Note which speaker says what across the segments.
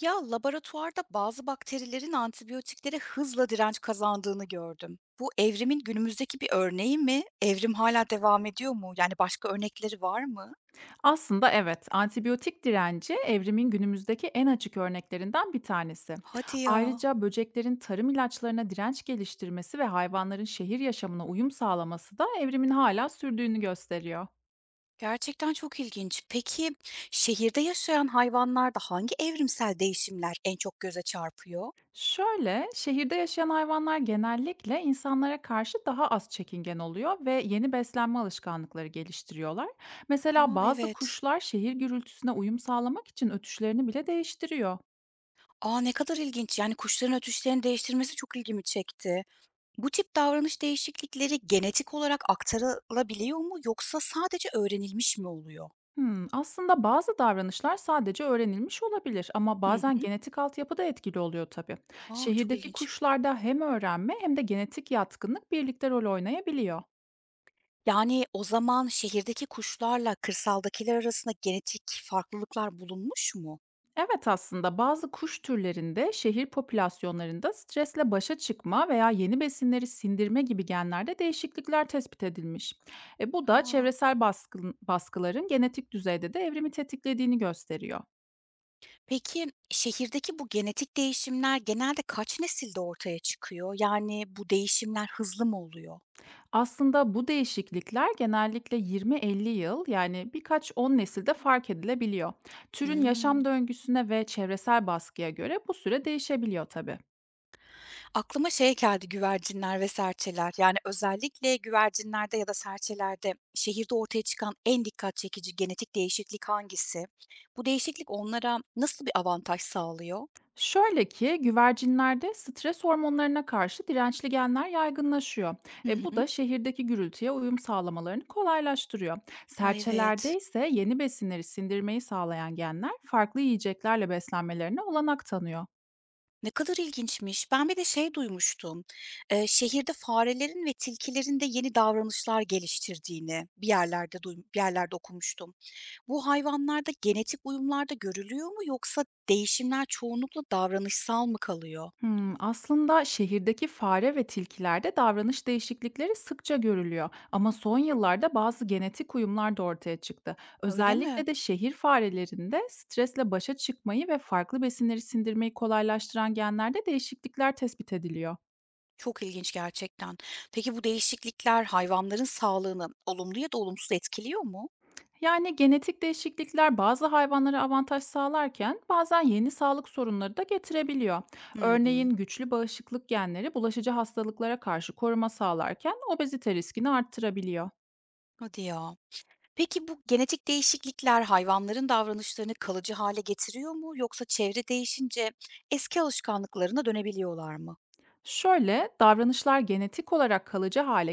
Speaker 1: Ya laboratuvarda bazı bakterilerin antibiyotiklere hızla direnç kazandığını gördüm. Bu evrimin günümüzdeki bir örneği mi? Evrim hala devam ediyor mu? Yani başka örnekleri var mı?
Speaker 2: Aslında evet, antibiyotik direnci evrimin günümüzdeki en açık örneklerinden bir tanesi.
Speaker 1: Hadi ya.
Speaker 2: Ayrıca böceklerin tarım ilaçlarına direnç geliştirmesi ve hayvanların şehir yaşamına uyum sağlaması da evrimin hala sürdüğünü gösteriyor.
Speaker 1: Gerçekten çok ilginç. Peki şehirde yaşayan hayvanlarda hangi evrimsel değişimler en çok göze çarpıyor?
Speaker 2: Şöyle, şehirde yaşayan hayvanlar genellikle insanlara karşı daha az çekingen oluyor ve yeni beslenme alışkanlıkları geliştiriyorlar. Mesela
Speaker 1: Aa,
Speaker 2: bazı
Speaker 1: evet.
Speaker 2: kuşlar şehir gürültüsüne uyum sağlamak için ötüşlerini bile değiştiriyor.
Speaker 1: Aa ne kadar ilginç. Yani kuşların ötüşlerini değiştirmesi çok ilgimi çekti. Bu tip davranış değişiklikleri genetik olarak aktarılabiliyor mu yoksa sadece öğrenilmiş mi oluyor?
Speaker 2: Hımm, aslında bazı davranışlar sadece öğrenilmiş olabilir ama
Speaker 1: Hı
Speaker 2: bazen
Speaker 1: hı.
Speaker 2: genetik altyapı da etkili oluyor tabii.
Speaker 1: A, çok
Speaker 2: Şehirdeki
Speaker 1: ilginç.
Speaker 2: kuşlarda hem öğrenme hem de genetik yatkınlık birlikte rol oynayabiliyor.
Speaker 1: Yani, o zaman şehirdeki kuşlarla kırsaldakiler arasında genetik farklılıklar bulunmuş mu?
Speaker 2: Evet aslında bazı kuş türlerinde şehir popülasyonlarında stresle başa çıkma veya yeni besinleri sindirme gibi genlerde değişiklikler tespit edilmiş. Bu da
Speaker 1: A!
Speaker 2: çevresel baskıların genetik düzeyde de evrimi tetiklediğini gösteriyor.
Speaker 1: Peki, şehirdeki bu genetik değişimler genelde kaç nesilde ortaya çıkıyor? Yani, bu değişimler hızlı mı oluyor?
Speaker 2: Aslında bu değişiklikler genellikle 20-50 yıl yani birkaç 10 nesilde fark edilebiliyor. Türün yaşam
Speaker 1: Hımm.
Speaker 2: döngüsüne ve çevresel baskıya göre bu süre değişebiliyor tabii.
Speaker 1: Aklıma şey geldi, güvercinler ve serçeler. Yani, özellikle güvercinlerde ya da serçelerde şehirde ortaya çıkan en dikkat çekici genetik değişiklik hangisi? Bu değişiklik onlara nasıl bir avantaj sağlıyor?
Speaker 2: Şöyle ki güvercinlerde stres hormonlarına karşı dirençli genler yaygınlaşıyor.
Speaker 1: Hı
Speaker 2: Bu
Speaker 1: hı.
Speaker 2: da şehirdeki gürültüye uyum sağlamalarını kolaylaştırıyor.
Speaker 1: A,
Speaker 2: Serçelerde
Speaker 1: evet.
Speaker 2: ise yeni besinleri sindirmeyi sağlayan genler farklı yiyeceklerle beslenmelerine olanak tanıyor.
Speaker 1: Ne kadar ilginçmiş. Ben bir de şey duymuştum, şehirde farelerin ve tilkilerin de yeni davranışlar geliştirdiğini bir yerlerde okumuştum. Bu hayvanlarda genetik uyumlarda görülüyor mu yoksa değişimler çoğunlukla davranışsal mı kalıyor?
Speaker 2: Hımm, aslında şehirdeki fare ve tilkilerde davranış değişiklikleri sıkça görülüyor ama son yıllarda bazı genetik uyumlar da ortaya çıktı.
Speaker 1: Öyle mi?
Speaker 2: Özellikle de şehir farelerinde stresle başa çıkmayı ve farklı besinleri sindirmeyi kolaylaştıran genlerde değişiklikler tespit ediliyor.
Speaker 1: Çok ilginç gerçekten. Peki bu değişiklikler hayvanların sağlığını olumlu ya da olumsuz etkiliyor mu?
Speaker 2: Yani genetik değişiklikler bazı hayvanlara avantaj sağlarken bazen yeni sağlık sorunları da getirebiliyor. Örneğin
Speaker 1: Hımm.
Speaker 2: güçlü bağışıklık genleri bulaşıcı hastalıklara karşı koruma sağlarken obezite riskini arttırabiliyor.
Speaker 1: Hadi ya. Peki bu genetik değişiklikler hayvanların davranışlarını kalıcı hale getiriyor mu yoksa çevre değişince eski alışkanlıklarına dönebiliyorlar mı?
Speaker 2: Şöyle, davranışlar genetik olarak kalıcı hale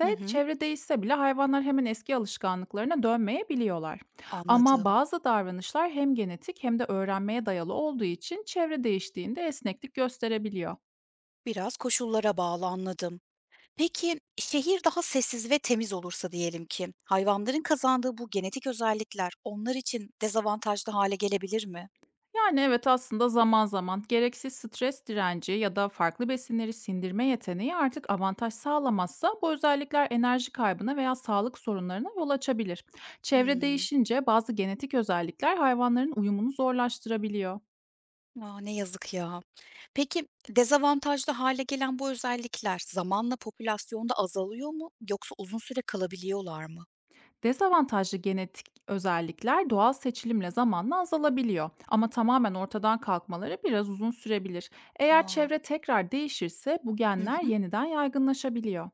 Speaker 1: Hı hı,
Speaker 2: çevre değişse bile hayvanlar hemen eski alışkanlıklarına dönmeyebiliyorlar. Ama
Speaker 1: anladım.
Speaker 2: bazı davranışlar hem genetik hem de öğrenmeye dayalı olduğu için çevre değiştiğinde esneklik gösterebiliyor.
Speaker 1: Biraz koşullara bağlı, anladım. Peki şehir daha sessiz ve temiz olursa diyelim ki, hayvanların kazandığı bu genetik özellikler onlar için dezavantajlı hale gelebilir mi?
Speaker 2: Yani evet aslında zaman zaman gereksiz stres direnci ya da farklı besinleri sindirme yeteneği artık avantaj sağlamazsa bu özellikler enerji kaybına veya sağlık sorunlarına yol açabilir. Çevre
Speaker 1: Hımm.
Speaker 2: değişince bazı genetik özellikler hayvanların uyumunu zorlaştırabiliyor.
Speaker 1: A, ne yazık ya. Peki dezavantajlı hale gelen bu özellikler zamanla popülasyonda azalıyor mu yoksa uzun süre kalabiliyorlar mı?
Speaker 2: Dezavantajlı genetik özellikler doğal seçilimle zamanla azalabiliyor ama tamamen ortadan kalkmaları biraz uzun sürebilir. Eğer
Speaker 1: A!
Speaker 2: çevre tekrar değişirse bu
Speaker 1: Hı
Speaker 2: genler
Speaker 1: hı.
Speaker 2: yeniden yaygınlaşabiliyor.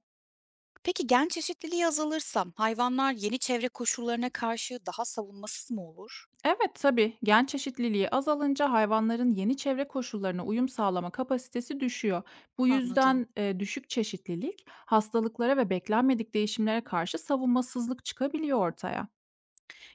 Speaker 1: Peki gen çeşitliliği azalırsa hayvanlar yeni çevre koşullarına karşı daha savunmasız mı olur?
Speaker 2: Evet tabii gen çeşitliliği azalınca hayvanların yeni çevre koşullarına uyum sağlama kapasitesi düşüyor. Bu
Speaker 1: Anladım.
Speaker 2: yüzden düşük çeşitlilik hastalıklara ve beklenmedik değişimlere karşı savunmasızlık çıkabiliyor ortaya.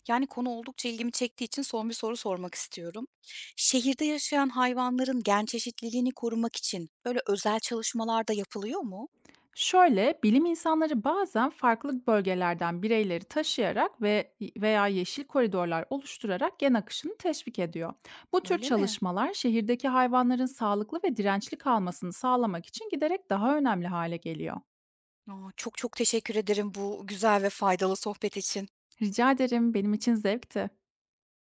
Speaker 1: Yani konu oldukça ilgimi çektiği için son bir soru sormak istiyorum. Şehirde yaşayan hayvanların gen çeşitliliğini korumak için böyle özel çalışmalar da yapılıyor mu?
Speaker 2: Şöyle, bilim insanları bazen farklı bölgelerden bireyleri taşıyarak ve veya yeşil koridorlar oluşturarak gen akışını teşvik ediyor. Bu tür
Speaker 1: Öyle mi?
Speaker 2: çalışmalar şehirdeki hayvanların sağlıklı ve dirençli kalmasını sağlamak için giderek daha önemli hale geliyor.
Speaker 1: A, çok çok teşekkür ederim bu güzel ve faydalı sohbet için.
Speaker 2: Rica ederim, benim için zevkti.